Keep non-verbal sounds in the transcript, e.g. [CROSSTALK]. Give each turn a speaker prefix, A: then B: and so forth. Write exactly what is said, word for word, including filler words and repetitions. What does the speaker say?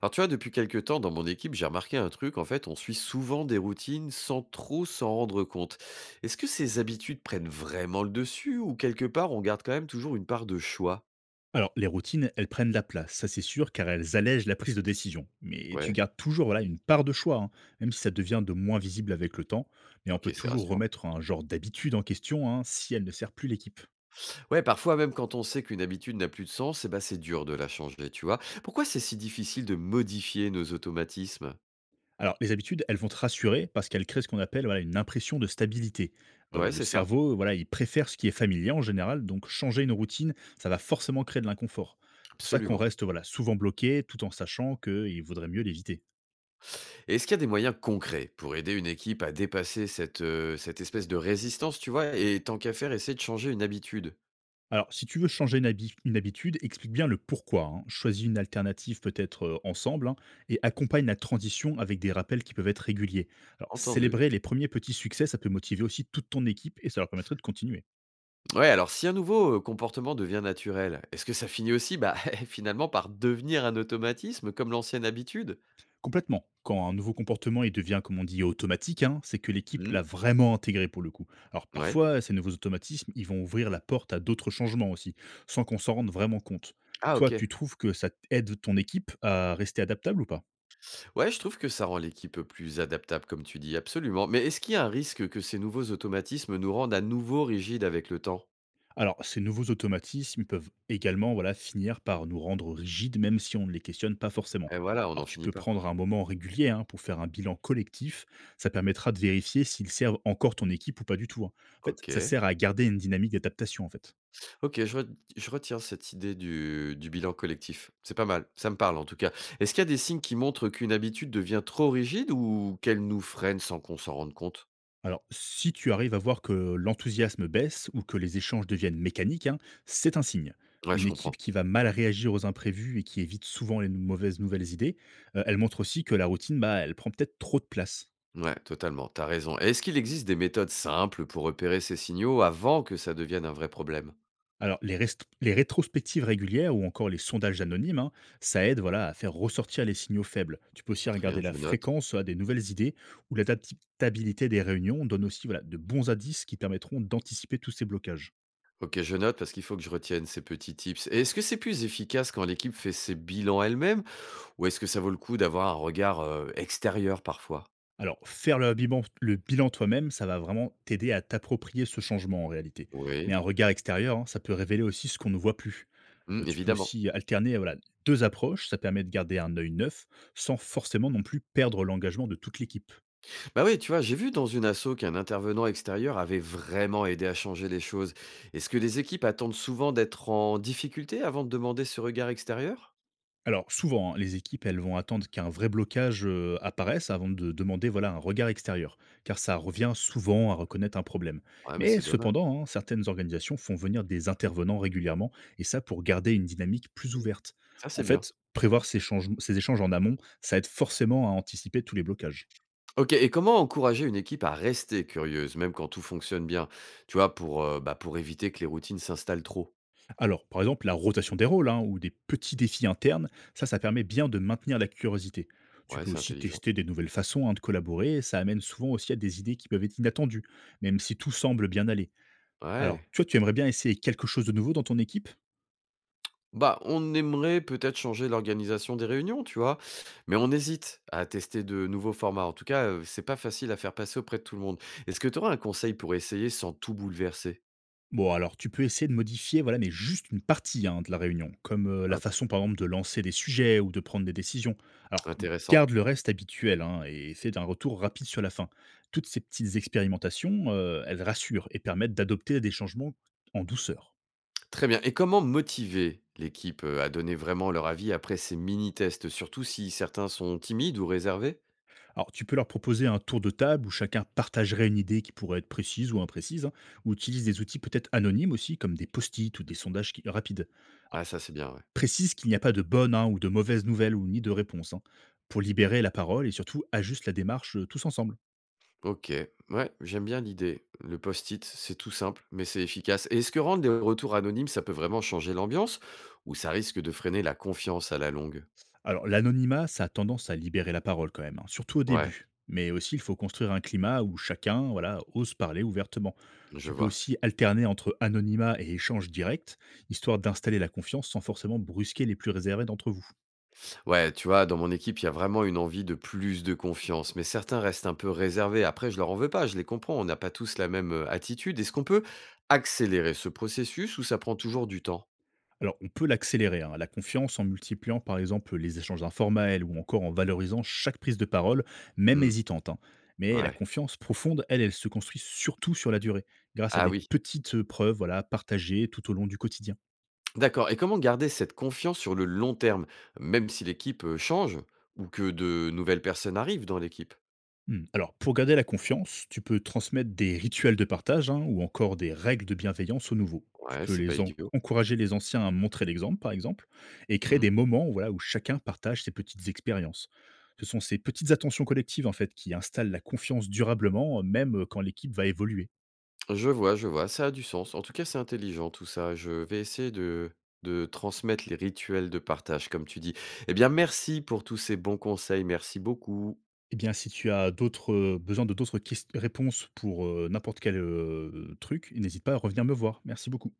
A: Alors tu vois, depuis quelques temps, dans mon équipe, j'ai remarqué un truc, en fait, on suit souvent des routines sans trop s'en rendre compte. Est-ce que ces habitudes prennent vraiment le dessus ou quelque part on garde quand même toujours une part de choix?
B: Alors, les routines, elles prennent la place, ça c'est sûr, car elles allègent la prise de décision. Mais tu
A: Ouais,
B: gardes toujours voilà, une part de choix, hein, même si ça devient de moins visible avec le temps. Mais on peut
A: ok, c'est
B: toujours
A: rassurant.
B: remettre un genre d'habitude en question hein, si elle ne sert plus l'équipe.
A: Ouais, parfois même quand on sait qu'une habitude n'a plus de sens, eh ben, c'est dur de la changer, tu vois. Pourquoi c'est si difficile de modifier nos automatismes?
B: Alors, les habitudes, elles vont te rassurer parce qu'elles créent ce qu'on appelle voilà, une impression de stabilité. Euh,
A: Ouais,
B: le
A: c'est ça,
B: cerveau, voilà, il préfère ce qui est familier en général, donc changer une routine, ça va forcément créer de l'inconfort. C'est pour ça qu'on
A: absolument.
B: reste voilà, souvent bloqué tout en sachant qu'il vaudrait mieux l'éviter.
A: Et est-ce qu'il y a des moyens concrets pour aider une équipe à dépasser cette, euh, cette espèce de résistance, tu vois, et tant qu'à faire, essayer de changer une habitude?
B: Alors, si tu veux changer une, habi- une habitude, explique bien le pourquoi, hein. Choisis une alternative peut-être euh, ensemble hein, et accompagne la transition avec des rappels qui peuvent être réguliers. Alors,
A: Entendu.
B: célébrer les premiers petits succès, ça peut motiver aussi toute ton équipe et ça leur permettrait de continuer.
A: Ouais, alors si un nouveau euh, comportement devient naturel, est-ce que ça finit aussi bah, [LAUGHS] finalement par devenir un automatisme comme l'ancienne habitude?
B: Complètement. Quand un nouveau comportement il devient, comme on dit, automatique, hein, c'est que l'équipe
A: Hmm.
B: l'a vraiment intégré pour le coup. Alors
A: Ouais.
B: parfois, ces nouveaux automatismes, ils vont ouvrir la porte à d'autres changements aussi, sans qu'on s'en rende vraiment compte.
A: Ah
B: Toi,
A: ok.
B: tu trouves que ça aide ton équipe à rester adaptable ou pas?
A: Ouais, je trouve que ça rend l'équipe plus adaptable comme tu dis, absolument. Mais est-ce qu'il y a un risque que ces nouveaux automatismes nous rendent à nouveau rigides avec le temps?
B: Alors, ces nouveaux automatismes ils peuvent également voilà, finir par nous rendre rigides, même si on ne les questionne pas forcément.
A: Et voilà, on n'en
B: Alors, tu
A: finit
B: peux
A: pas quoi.
B: prendre un moment régulier hein, pour faire un bilan collectif. Ça permettra de vérifier s'ils servent encore ton équipe ou pas du tout, hein. En fait, ça
A: Ok.
B: sert à garder une dynamique d'adaptation, en fait.
A: Ok, je, re- je retiens cette idée du, du bilan collectif. C'est pas mal, ça me parle en tout cas. Est-ce qu'il y a des signes qui montrent qu'une habitude devient trop rigide ou qu'elle nous freine sans qu'on s'en rende compte?
B: Alors, si tu arrives à voir que l'enthousiasme baisse ou que les échanges deviennent mécaniques, hein, c'est un signe.
A: Ouais,
B: Une
A: je comprends.
B: équipe qui va mal réagir aux imprévus et qui évite souvent les mauvaises nouvelles idées, euh, elle montre aussi que la routine, bah, elle prend peut-être trop de place.
A: Ouais, totalement, t'as raison. Et est-ce qu'il existe des méthodes simples pour repérer ces signaux avant que ça devienne un vrai problème?
B: Alors, les, rest- les rétrospectives régulières ou encore les sondages anonymes, hein, ça aide voilà, à faire ressortir les signaux faibles. Tu peux aussi
A: Oh, très
B: regarder
A: bien,
B: la
A: je note.
B: fréquence à des nouvelles idées ou l'adaptabilité des réunions donne aussi voilà, de bons indices qui permettront d'anticiper tous ces blocages.
A: Ok, je note parce qu'il faut que je retienne ces petits tips. Et est-ce que c'est plus efficace quand l'équipe fait ses bilans elle-même ou est-ce que ça vaut le coup d'avoir un regard euh, extérieur parfois?
B: Alors, faire le bilan, le bilan toi-même, ça va vraiment t'aider à t'approprier ce changement en réalité. Mais
A: Oui.
B: un regard extérieur, hein, ça peut révéler aussi ce qu'on ne voit plus. Euh,
A: Mm,
B: tu peux
A: évidemment.
B: aussi alterner voilà, deux approches, ça permet de garder un œil neuf sans forcément non plus perdre l'engagement de toute l'équipe.
A: Bah oui, tu vois, j'ai vu dans une asso qu'un intervenant extérieur avait vraiment aidé à changer les choses. Est-ce que les équipes attendent souvent d'être en difficulté avant de demander ce regard extérieur?
B: Alors souvent, hein, les équipes, elles vont attendre qu'un vrai blocage euh, apparaisse avant de demander voilà, un regard extérieur, car ça revient souvent à reconnaître un problème.
A: Ouais, mais
B: Mais
A: c'est dommage.
B: cependant, hein, certaines organisations font venir des intervenants régulièrement, et ça pour garder une dynamique plus
A: Mm.
B: ouverte.
A: Ça,
B: En
A: c'est bien.
B: fait, prévoir ces, change- ces échanges en amont, ça aide forcément à anticiper tous les blocages.
A: OK, et comment encourager une équipe à rester curieuse, même quand tout fonctionne bien? Tu vois, pour, heu, bah, pour éviter que les routines s'installent trop?
B: Alors, par exemple, la rotation des rôles hein, ou des petits défis internes, ça, ça permet bien de maintenir la curiosité. Tu
A: Ouais,
B: peux
A: c'est
B: aussi
A: intelligent.
B: tester des nouvelles façons hein, de collaborer, et ça amène souvent aussi à des idées qui peuvent être inattendues, même si tout semble bien aller. Alors,
A: Ouais.
B: toi, tu aimerais bien essayer quelque chose de nouveau dans ton équipe?
A: Bah, on aimerait peut-être changer l'organisation des réunions, tu vois? Mais on hésite à tester de nouveaux formats. En tout cas, heu, c'est pas facile à faire passer auprès de tout le monde. Est-ce que tu aurais un conseil pour essayer sans tout bouleverser?
B: Bon, alors tu peux essayer de modifier, voilà, mais juste une partie hein, de la réunion, comme euh, la
A: In
B: façon par exemple de lancer des sujets ou de prendre des décisions. Alors
A: intéressant.
B: garde le reste habituel hein, et fais un retour rapide sur la fin. Toutes ces petites expérimentations, euh, elles rassurent et permettent d'adopter des changements en douceur.
A: Très bien, et comment motiver l'équipe, heu, à donner vraiment leur avis après ces mini tests, surtout si certains sont timides ou réservés?
B: Alors tu peux leur proposer un tour de table où chacun partagerait une idée qui pourrait être précise ou imprécise, hein, ou utilise des outils peut-être anonymes aussi, comme des post-it ou des sondages qui- rapides.
A: Ah ça, c'est bien, ouais.
B: Précise qu'il n'y a pas de bonne hein, ou de mauvaise nouvelle ou ni de réponse hein, pour libérer la parole et surtout ajuste la démarche euh, tous ensemble.
A: OK, ouais, j'aime bien l'idée. Le post-it, c'est tout simple, mais c'est efficace. Et est-ce que rendre des retours anonymes, ça peut vraiment changer l'ambiance ou ça risque de freiner la confiance à la longue?
B: Alors l'anonymat, ça a tendance à libérer la parole quand même, hein, surtout au
A: Ouais,
B: début. Mais aussi, il faut construire un climat où chacun voilà, ose parler ouvertement.
A: je
B: Tu peux
A: vois.
B: aussi alterner entre anonymat et échange direct, histoire d'installer la confiance sans forcément brusquer les plus réservés d'entre vous.
A: Ouais, tu vois, dans mon équipe, il y a vraiment une envie de plus de confiance, mais certains restent un peu réservés. Après, je leur en veux pas, je les comprends, on n'a pas tous la même euh, attitude. Est-ce qu'on peut accélérer ce processus ou ça prend toujours du temps?
B: Alors, on peut l'accélérer, hein, la confiance, en multipliant par exemple les échanges informels ou encore en valorisant chaque prise de parole, même
A: Hmm,
B: hésitante, hein. Mais la
A: ouais.
B: confiance profonde, elle, elle se construit surtout sur la durée, grâce à
A: Ah
B: des
A: oui.
B: petites preuves voilà, partagées tout au long du quotidien.
A: D'accord, et comment garder cette confiance sur le long terme? Même si l'équipe, heu, change ou que de nouvelles personnes arrivent dans l'équipe?
B: Mmh. Alors, pour garder la confiance, tu peux transmettre des rituels de partage hein, ou encore des règles de bienveillance aux nouveaux. Tu
A: Ouais,
B: peux
A: c'est pas
B: les en-
A: idiot.
B: encourager les anciens à montrer l'exemple, par exemple, et créer
A: Mmh.
B: des moments voilà, où chacun partage ses petites expériences. Ce sont ces petites attentions collectives en fait qui installent la confiance durablement, même euh, quand l'équipe va évoluer.
A: Je vois, je vois, ça a du sens. En tout cas, c'est intelligent tout ça. Je vais essayer de de transmettre les rituels de partage, comme tu dis. Eh bien, merci pour tous ces bons conseils. Merci beaucoup.
B: Eh bien, si tu as d'autres euh, besoin de d'autres ques- réponses pour euh, n'importe quel euh, truc, n'hésite pas à revenir me voir. Merci beaucoup.